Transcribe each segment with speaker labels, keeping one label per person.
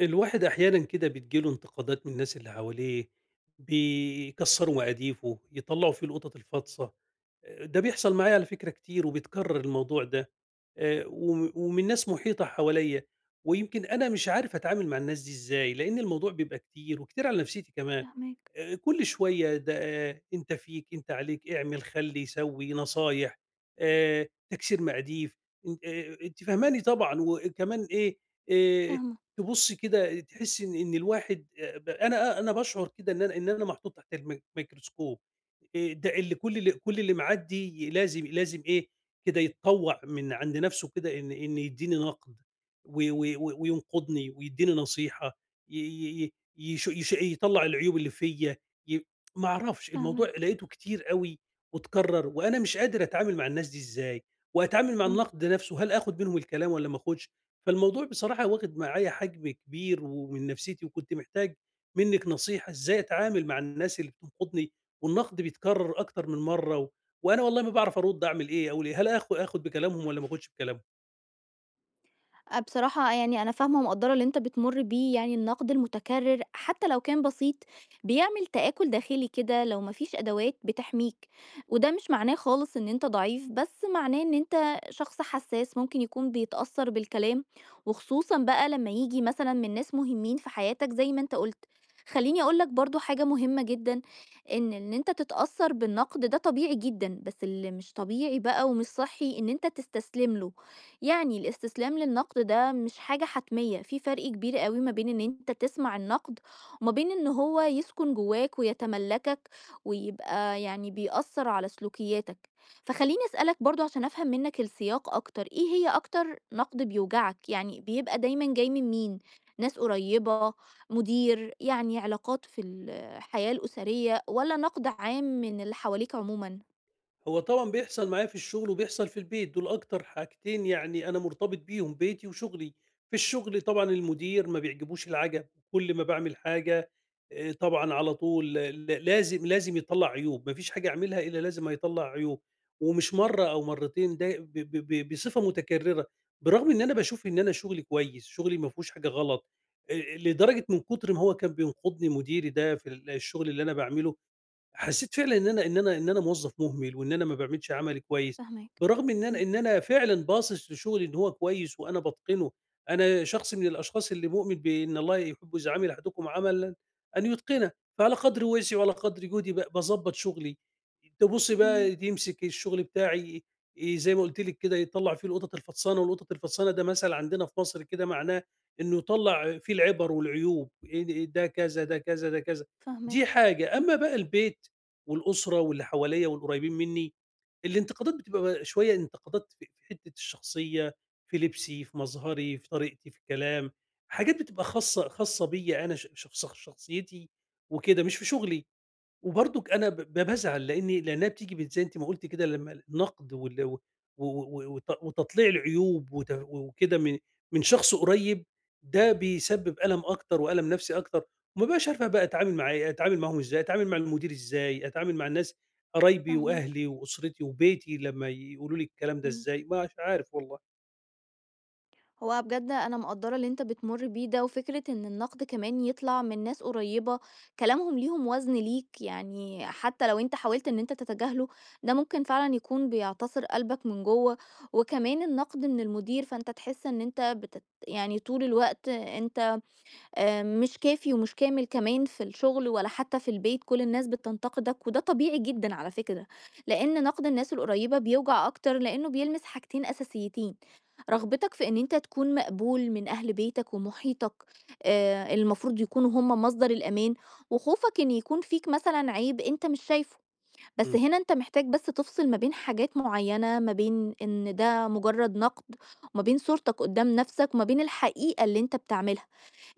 Speaker 1: الواحد احيانا كده بتجيله انتقادات من الناس اللي حواليه، بيكسروا مقاديفه، يطلعوا فيه القطط الفاطسه. ده بيحصل معايا على فكره كتير، وبيتكرر الموضوع ده. آه، ومن ناس محيطه حواليا. ويمكن انا مش عارف اتعامل مع الناس دي ازاي، لان الموضوع بيبقى كتير وكتير على نفسيتي كمان.
Speaker 2: فاهماك،
Speaker 1: آه، كل شويه ده آه، انت فيك انت عليك اعمل خلي سوي نصايح. آه، تكسير مقاديف. آه، انت فهماني طبعا وكمان ايه. آه،
Speaker 2: فاهمة،
Speaker 1: تبُصّي كده تحسّي إن الواحد ب أنا أنا باشعُر كده إن أنا محطوط تحت الميكروسكوب. ده اللي كل اللي معدّي لازم إيه، كده يتطوّع من عند نَفْسه كده، إن يدّيني نَقْد، و و و وينقُدني ويدّيني نصيحة. ي ي ي يش يش يطلّع العيوب اللي فيّا. ي ما أعرفش، الموضوع
Speaker 2: فاهماك،
Speaker 1: لقيته كتير أوي. واتكرّر وأنا مش قادر أتعامل مع الناس دي إزاي، وأتعامل
Speaker 2: إمم.
Speaker 1: مع
Speaker 2: إمم،
Speaker 1: النَقْد ده نَفْسه، هل آخُد منهم الكلام والّا ما آخُدش؟ فالموضوع بصراحة واخد معايا حجم كبير ومن نفسيتي، وكنت محتاج منِّك نصيحة إزاي أتعامل مع الناس اللي بتنقدني، والنقد بيتكرر أكتر من مرّة، وأنا والله ما باعرف أرُد أعمل إيه، أقول إيه، هل آخُد بكلامهم والّا ما آخُدش بكلامهم؟
Speaker 2: بصراحة يعني أنا فاهمة ومقدّرة اللي أنت بتمُر بيه، يعني النقد المتكرر حتى لو كان بسيط، بيعمل تآكل داخلي كده لو ما فيش أدوات بتحميك، وده مش معناه خالص إن أنت ضعيف، بس معناه إن أنت شخص حساس ممكن يكون بيتأثّر بالكلام، وخصوصًا بقى لمّا ييجي مثلًا من ناس مهمين في حياتك زي ما أنت قُلت. خلّيني أقول لك برضه حاجة مهمة جدًا، إن أنت تتأثّر بالنقد ده طبيعي جدًا، بس اللي مش طبيعي بقى ومش صحّي إن أنت تستسلم له، يعني الاستسلام للنقد ده مش حاجة حتمية. في فرق كبير قوي ما بين ان انت تسمع النقد وما بين ان هو يسكن جواك ويتملكك ويبقى يعني بيأثر على سلوكياتك. فخليني أسألك برضو عشان أفهم منك السياق أكتر، ايه هي أكتر نقد بيوجعك؟ يعني بيبقى دايما جاي من مين؟ ناس قريبة، مدير، يعني علاقات في الحياة الأسرية، ولا نقد عام من اللي حواليك عموما؟
Speaker 1: هو طبعًا بيحصل معايا في الشغل وبيحصل في البيت، دول أكتر حاجتين يعني أنا مرتبط بيهم، بيتي وشغلي. في الشغل طبعًا المدير ما بيعجبوش العَجَب، كل ما باعمل حاجة طبعًا على طول لازم يطلّع عيوب، ما فيش حاجة أعملها إلا لازم هيطلّع عيوب، ومش مرّة أو مرّتين، ده ب ب ب بصفة متكررة. بالرغم إن أنا باشوف إن أنا شغلي كويس، شغلي ما فيهوش حاجة غلط. لدرجة من كتر ما هو كان بينقدني مديري ده في الشغل اللي أنا باعمله، حسيت فعلًا إن أنا موظّف مهمل، وإن أنا ما باعملش عملي كويس،
Speaker 2: فهمك.
Speaker 1: برغم إن أنا
Speaker 2: مم،
Speaker 1: فعلًا باصص لشغلي إن هو كويس وأنا باتقنه. أنا شخص من الأشخاص اللي مؤمن بإن الله يحب إذا عمل أحدكم عملًا أن يتقنه، فعلى قدر وسعي وعلى قدر جهدي باضبّط شغلي. تبُص
Speaker 2: جميل.
Speaker 1: بقى يمسك الشغل بتاعي، زي ما قُلت لِك كده، يطلّع فيه القطط الفطسانة. والقطط الفطسانة ده مثل عندنا في مصر، كده معناه إنه يطلّع فيه العِبَر والعيوب، ده كذا، ده كذا، ده كذا. دي
Speaker 2: فاهمك.
Speaker 1: حاجة،
Speaker 2: مم،
Speaker 1: أمّا بقى البيت والأسرة واللي حواليّا والقريبين منّي، الانتقادات بتبقى بقى شوية انتقادات في حتّة الشخصية، في لبسي، في مظهري، في طريقتي في الكلام، حاجات بتبقى خاصة خاصة بيّا أنا، شخص شخصيتي وكده، مش في شغلي. وبرضك أنا ب ب بازعل لإنها بتيجي زي أنتِ ما قُلتِ كده، لمّا النقد وال و و و- وت وتطليع العيوب وكده من شخص قريب، ده بيسبب ألم أكتر وألم نفسي أكتر. وما بابقاش عارف بقى أتعامل مع إيه، أتعامل معاهم إزاي، أتعامل مع المدير إزاي، أتعامل مع الناس قرايبي
Speaker 2: فاهمك.
Speaker 1: وأهلي وأسرتي وبيتي لمّا يقولوا لي الكلام ده
Speaker 2: إمم.
Speaker 1: إزاي. مش عارف والله.
Speaker 2: هو بجد أنا مقدّرة اللي أنت بتمُر بيه ده، وفكرة إن النقد كمان يطلع من ناس قريّبة كلامهم ليهم وزن ليك، يعني حتى لو أنت حاولت إن أنت تتجاهله، ده ممكن فعلًا يكون بيعتصر قلبك من جوّه، وكمان النقد من المدير، فأنت تحس إن أنت يعني طول الوقت أنت مش كافي ومش كامل كمان في الشغل ولا حتى في البيت، كل الناس بتنتقدك، وده طبيعي جدًا على فكرة، لإن نقد الناس القريّبة بيوجع أكتر لإنه بيلمس حاجتين أساسيتين. رغبتك في إن أنت تكون مقبول من أهل بيتك ومحيطك، آه، المفروض يكونوا هم مصدر الأمان، وخوفك إن يكون فيك مثلا عيب أنت مش شايفه. بس
Speaker 1: إمم،
Speaker 2: هنا أنت محتاج بس تفصل ما بين حاجات معينة، ما بين إن ده مجرد نقد وما بين صورتك قدام نفسك وما بين الحقيقة اللي أنت بتعملها.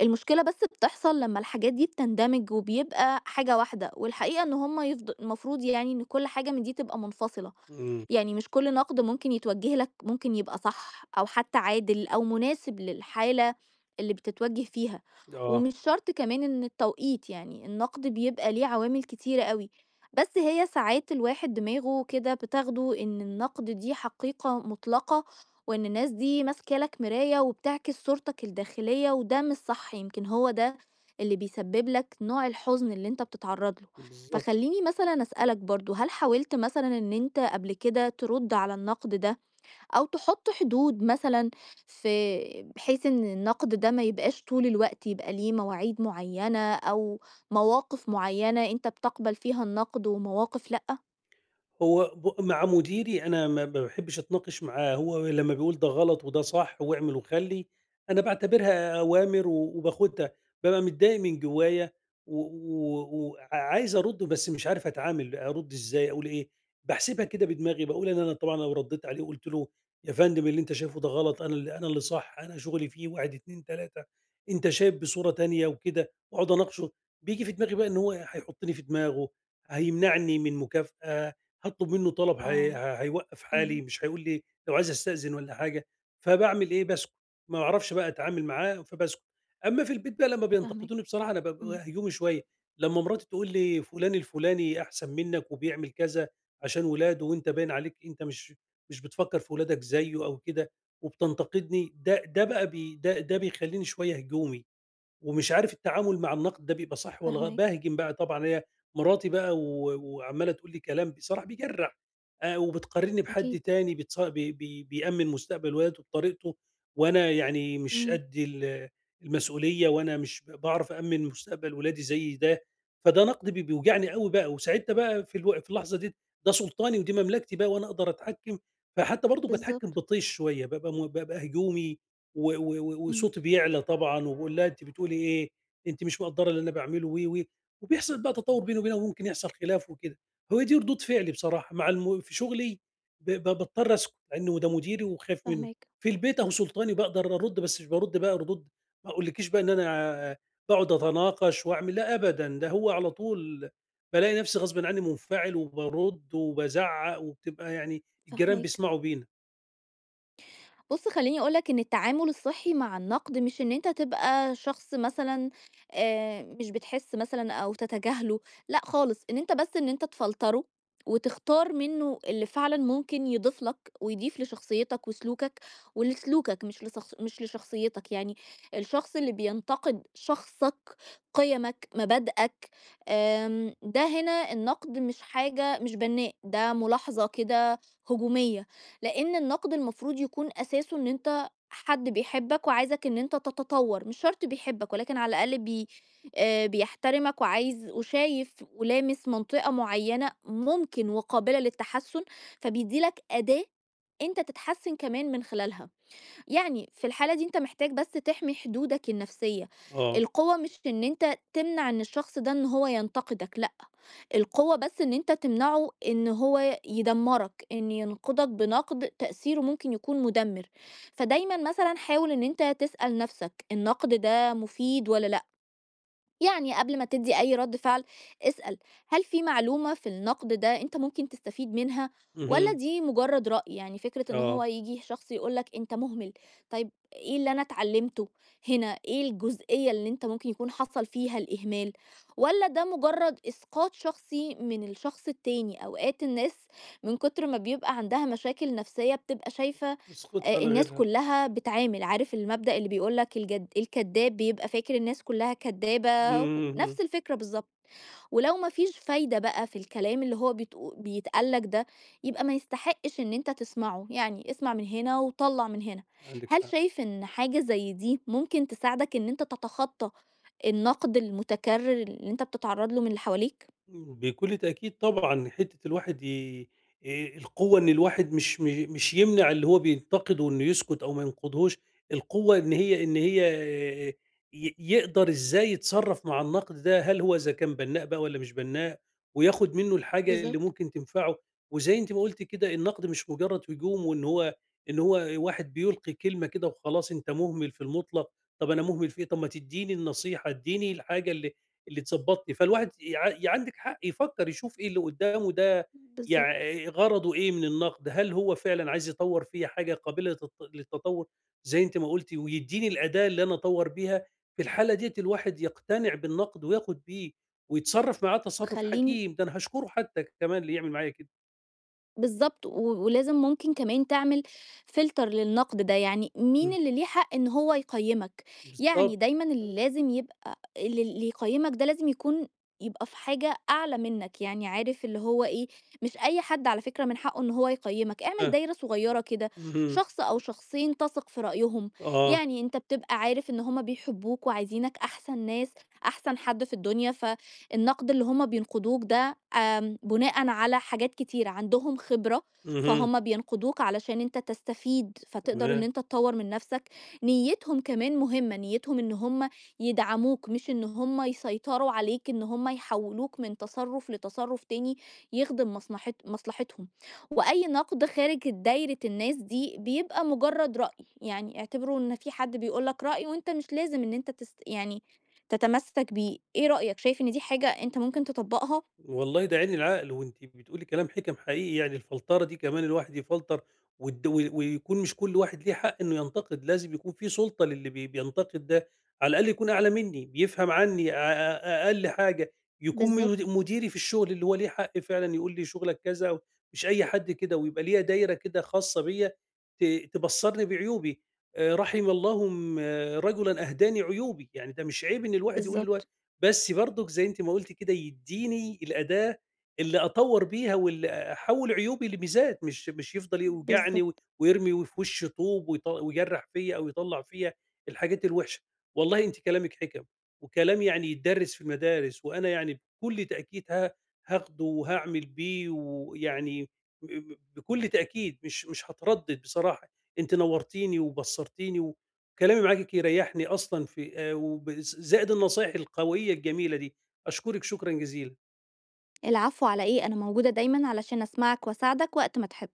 Speaker 2: المشكلة بس بتحصل لما الحاجات دي بتندمج وبيبقى حاجة واحدة، والحقيقة إن هم المفروض يعني إن كل حاجة من دي تبقى منفصلة.
Speaker 1: إمم،
Speaker 2: يعني مش كل نقد ممكن يتوجه لك ممكن يبقى صح أو حتى عادل أو مناسب للحالة اللي بتتوجه فيها،
Speaker 1: آه،
Speaker 2: ومش شرط كمان إن التوقيت، يعني النقد بيبقى ليه عوامل كتيرة قوي. بس هي ساعات الواحد دماغه كده بتاخده إن النقد دي حقيقة مطلقة، وإن الناس دي ماسكة لك مراية وبتعكس صورتك الداخلية، وده مش صح. يمكن هو ده اللي بيسبب لك نوع الحزن اللي انت بتتعرض له.
Speaker 1: بالضبط.
Speaker 2: فخلّيني مثلًا أسألك برضه، هل حاولت مثلًا إن أنت قبل كده ترُد على النقد ده، أو تحط حدود مثلًا في، بحيث إن النقد ده ما يبقاش طول الوقت، يبقى ليه مواعيد معيّنة أو مواقف معيّنة أنت بتقبل فيها النقد ومواقف لأ؟
Speaker 1: هو مع مديري أنا ما باحبش أتناقش معاه. هو لمّا بيقول ده غلط وده صح واعمل وخلّي، أنا باعتبرها أوامر وباخدها. بابقى متضايق من جوايا و و وعايز أرُد، بس مش عارف أتعامل، أرُد إزاي، أقول إيه، باحسبها كده بدماغي، باقول إن أنا طبعًا لو ردّيت عليه وقُلت له: يا فندم اللي أنت شايفه ده غلط، أنا أنا اللي صح، أنا شغلي فيه 1، 2، 3، أنت شايف بصورة تانية وكده، وأقعد أناقشه، بييجي في دماغي بقى إن هو هيحطني في دماغه، هيمنعني من مكافأة، هاطلب منه طلب هي
Speaker 2: آه،
Speaker 1: ه هيوقّف حالي،
Speaker 2: إمم،
Speaker 1: مش هيقول لي لو عايز أستأذن والّا حاجة. فباعمل إيه، باسكت. ما باعرفش بقى أتعامل معاه فباسكت. أمّا في البيت بقى لمّا
Speaker 2: فاهماك،
Speaker 1: بينتقدوني بصراحة أنا
Speaker 2: إمم،
Speaker 1: بابقى هجومي شوية. لمّا مراتي تقول لي فلان الفلاني أحسن منّك وبيعمل كذا عشان ولاده، وأنت باين عليك أنت مش بتفكّر في ولادك زيه أو كده، وبتنتقدني، ده ده بقى بي ده ده بيخلّيني شوية هجومي. ومش عارف التعامل مع النقد ده بيبقى صح والّا
Speaker 2: فاهماك،
Speaker 1: باهجم بقى طبعًا. هي مراتي بقى وعمّالة تقول لي كلام بصراحة بيجرّح، وبتقارنّي
Speaker 2: أكيد،
Speaker 1: بحد تاني بيتص بي بي بيأمّن مستقبل ولاده بطريقته، وأنا يعني مش
Speaker 2: إمم،
Speaker 1: قد المسؤولية، وأنا مش باعرف أأمّن مستقبل ولادي زي ده، فده نقد بيوجعني أوي بقى. وساعتها بقى في الو في اللحظة ديّة، ده سُلطاني ودي مملكتي بقى وأنا أقدر أتحكّم، فحتى برضه باتحكّم
Speaker 2: بالضبط،
Speaker 1: بطيش شوية، بابقى بابقى هجومي و و و
Speaker 2: إمم،
Speaker 1: وصوتي بيعلى طبعًا، وباقول لها: "أنتِ بتقولي إيه، أنتِ مش مقدّرة اللي أنا باعمله." و، و، وبيحصل بقى تطور بيني وبينها وممكن يحصل خلاف وكده. هو دي ردود فعلي بصراحة، مع في شغلي ب ب باضطر أسكت لأنه ده مديري وخايف منه.
Speaker 2: فاهماك،
Speaker 1: في البيت أهو سلطاني، باقدر أرُد، بس مش بارُد بقى ردود. ما أقولكيش بقى إن أنا باقعد أتناقش وأعمل لأ أبدًا، ده هو على طول بالاقي نفسي غصبٍ عني منفعل وبارُد وبازعّق، وبتبقى يعني الجيران
Speaker 2: فاهماك.
Speaker 1: بيسمعوا بينا.
Speaker 2: بُص خلّيني أقول لك إن التعامل الصحّي مع النقد مش إن أنت تبقى شخص مثلًا مش بتحس مثلًا أو تتجاهله، لأ خالص، إن أنت بس إن أنت تفلتره وتختار منه اللي فعلًا ممكن يضيف لك ويضيف لشخصيتك ولسلوكك مش لشخصيتك، يعني الشخص اللي بينتقد شخصك، قيمك، مبادئك، آمم، ده هنا النقد مش حاجة، مش بناء، ده ملاحظة كده هجومية. لأن النقد المفروض يكون أساسه إن أنت حد بيحبك وعايزك إن أنت تتطور، مش شرط بيحبك ولكن على الأقل آه، بيحترمك وعايز وشايف ولامس منطقة معينة ممكن وقابلة للتحسن، فبيديلك أداة أنت تتحسن كمان من خلالها. يعني في الحالة دي أنت محتاج بس تحمي حدودك النفسية.
Speaker 1: آه.
Speaker 2: القوة مش إن أنت تمنع إن الشخص ده إن هو ينتقدك، لأ، القوة بس إن أنت تمنعه إن هو يدمرك، إن ينقدك بنقد تأثيره ممكن يكون مدمر. فدايما مثلا حاول إن أنت تسأل نفسك النقد ده مفيد ولا لأ، يعني قبل ما تدي أي رد فعل اسأل، هل في معلومة في النقد ده أنت ممكن تستفيد منها ولا
Speaker 1: اهم.
Speaker 2: دي مجرد رأي؟ يعني فكرة إن هو
Speaker 1: آه.
Speaker 2: يجي شخص يقولك أنت مهمل، طيب إيه اللي أنا اتعلمته هنا، إيه الجزئية اللي أنت ممكن يكون حصل فيها الإهمال، ولا ده مجرد إسقاط شخصي من الشخص التاني؟ أوقات الناس من كتر ما بيبقى عندها مشاكل نفسية بتبقى شايفة
Speaker 1: اسكت على
Speaker 2: الناس
Speaker 1: غيرها.
Speaker 2: كلّها بتعامل، عارف المبدأ اللي بيقول لك الجد الكدّاب بيبقى فاكر الناس كلّها
Speaker 1: إمم،
Speaker 2: كدّابة،
Speaker 1: إمم، إمم،
Speaker 2: نفس الفكرة بالضبط. ولو ما فيش فايدة بقى في الكلام اللي هو بيتقال لك ده، يبقى ما يستحقش إن أنت تسمعه، يعني اسمع من هنا وطلّع من هنا.
Speaker 1: عندِك
Speaker 2: هل
Speaker 1: حق.
Speaker 2: شايف إن حاجة زي دي ممكن تساعدك إن أنت تتخطى النقد المتكرر اللي أنت بتتعرّض له من اللي حواليك؟
Speaker 1: بكل تأكيد طبعًا حتّة الواحد القوة إن الواحد مش يمنع اللي هو بينتقده إنه يسكت أو ما ينقدهوش. القوة إن هي آآ يقدر إزاي يتصرّف مع النقد ده، هل هو إذا كان بنّاء بقى والّا مش بنّاء، وياخد منّه الحاجة اللي
Speaker 2: بالضبط،
Speaker 1: ممكن تنفعه. وزي أنتِ ما قُلتِ كده، النقد مش مجرّد هجوم وإن هو إن هو واحد بيلقي كلمة كده وخلاص أنت مهمل في المطلق. طَب أنا مهمل في إيه، طَب ما تدّيني النصيحة، ادّيني الحاجة اللي تظبطني، فالواحد يع ي عندِك حق يفكّر يشوف إيه اللي قدّامه ده يع
Speaker 2: بالضبط.
Speaker 1: غرضه إيه من النقد، هل هو فعلًا عايز يطوّر فيّا حاجة قابلة للتطوّر، زي أنتِ ما قُلتِ، ويدّيني الأداة اللي أنا أطوّر بيها. في الحالة ديّة الواحد يقتنع بالنقد وياخد بيه ويتصرّف معاه تصرُّف
Speaker 2: وخلّيني
Speaker 1: حكيم، ده أنا هاشكره حتّى كمان اللي يعمل معايا كده.
Speaker 2: بالضبط، ولازم ممكن كمان تعمل filter للنقد ده، يعني مين
Speaker 1: إمم،
Speaker 2: اللي ليه حق إن هو يقيّمك، يعني
Speaker 1: بالضبط،
Speaker 2: دايمًا اللي لازم يبقى اللي يقيّمك ده لازم يكون، يبقى في حاجة أعلى منّك، يعني عارف اللي هو إيه، مش أي حد على فكرة من حقّه إن هو يقيّمك، اعمل
Speaker 1: آه،
Speaker 2: دايرة صغيّرة كده،
Speaker 1: اهم،
Speaker 2: شخص أو شخصين تثق في رأيهم،
Speaker 1: آه،
Speaker 2: يعني أنت بتبقى عارف إن هُم بيحبّوك وعايزينك أحسن ناس، أحسن حد في الدنيا. ف النقد اللي هم بينقدوك ده آمم، بناءً على حاجات كتيرة، عندهم خبرة،
Speaker 1: اهم،
Speaker 2: فهُم بينقدوك علشان أنت تستفيد، فتقدر إن
Speaker 1: تمام.
Speaker 2: أنت تطوّر من نَفْسك. نيّتهم كمان مهمة، نيّتهم إن هم يدعموك مش إن هم يسيطروا عليك، إن هم يحوّلوك من تصرُّف لتصرُّف تاني يخدم مصلحتهم. وأي نقد خارج دايرة الناس دي بيبقى مُجرّد رأي، يعني اعتبره إن في حد بيقول لك رأي وأنت مش لازم إن أنت يعني تتمسّك بيه. إيه رأيك، شايف إن دي حاجة أنت ممكن تطبّقها؟
Speaker 1: والله ده عين العقل، وأنتِ بتقولي كلام حِكَم حقيقي. يعني الفلترة دي كمان الواحد يفلتر، والد و ويكون مش كل واحد ليه حق إنه ينتقد، لازم يكون في سُلطة للي بينتقد ده، على الأقل يكون أعلى منّي، بيفهم عني أ أ أقل حاجة، يكون
Speaker 2: بالضبط،
Speaker 1: مديري في الشغل اللي هو ليه حق فعلًا يقول لي شغلك كذا، مش أي حد كده. ويبقى ليّا دايرة كده خاصة بيّا ت تبصّرني بعيوبي. رحم الله آه، رجلًا أهداني عيوبي، يعني ده مش عيب إن الواحد يقول للواحد.
Speaker 2: بالضبط،
Speaker 1: بس برضك زي أنتِ ما قُلتِ كده، يدّيني الأداة اللي أطوّر بيها واللي أحوّل عيوبي لميزات، مش يفضل يوجعني
Speaker 2: بالضبط.
Speaker 1: ويرمي في وشّي طوب ويجرّح فيّا أو يطلّع فيّا الحاجات الوحشة. والله أنتِ كلامِك حِكَم، وكلام يعني يتدرّس في المدارس. وأنا يعني بكل تأكيد هاخده وهاعمل بيه، ويعني ب ب بكل تأكيد مش هاتردد بصراحة. أنتِ نوّرتيني وبصّرتيني كلامي معاكِ ريّحني أصلًا في زائد النصايح القوية الجميلة دي. أشكرِك شكرًا جزيلًا.
Speaker 2: العفو على إيه، أنا موجودة دايمًا علشان أسمعك وأساعدك وقت ما تحب.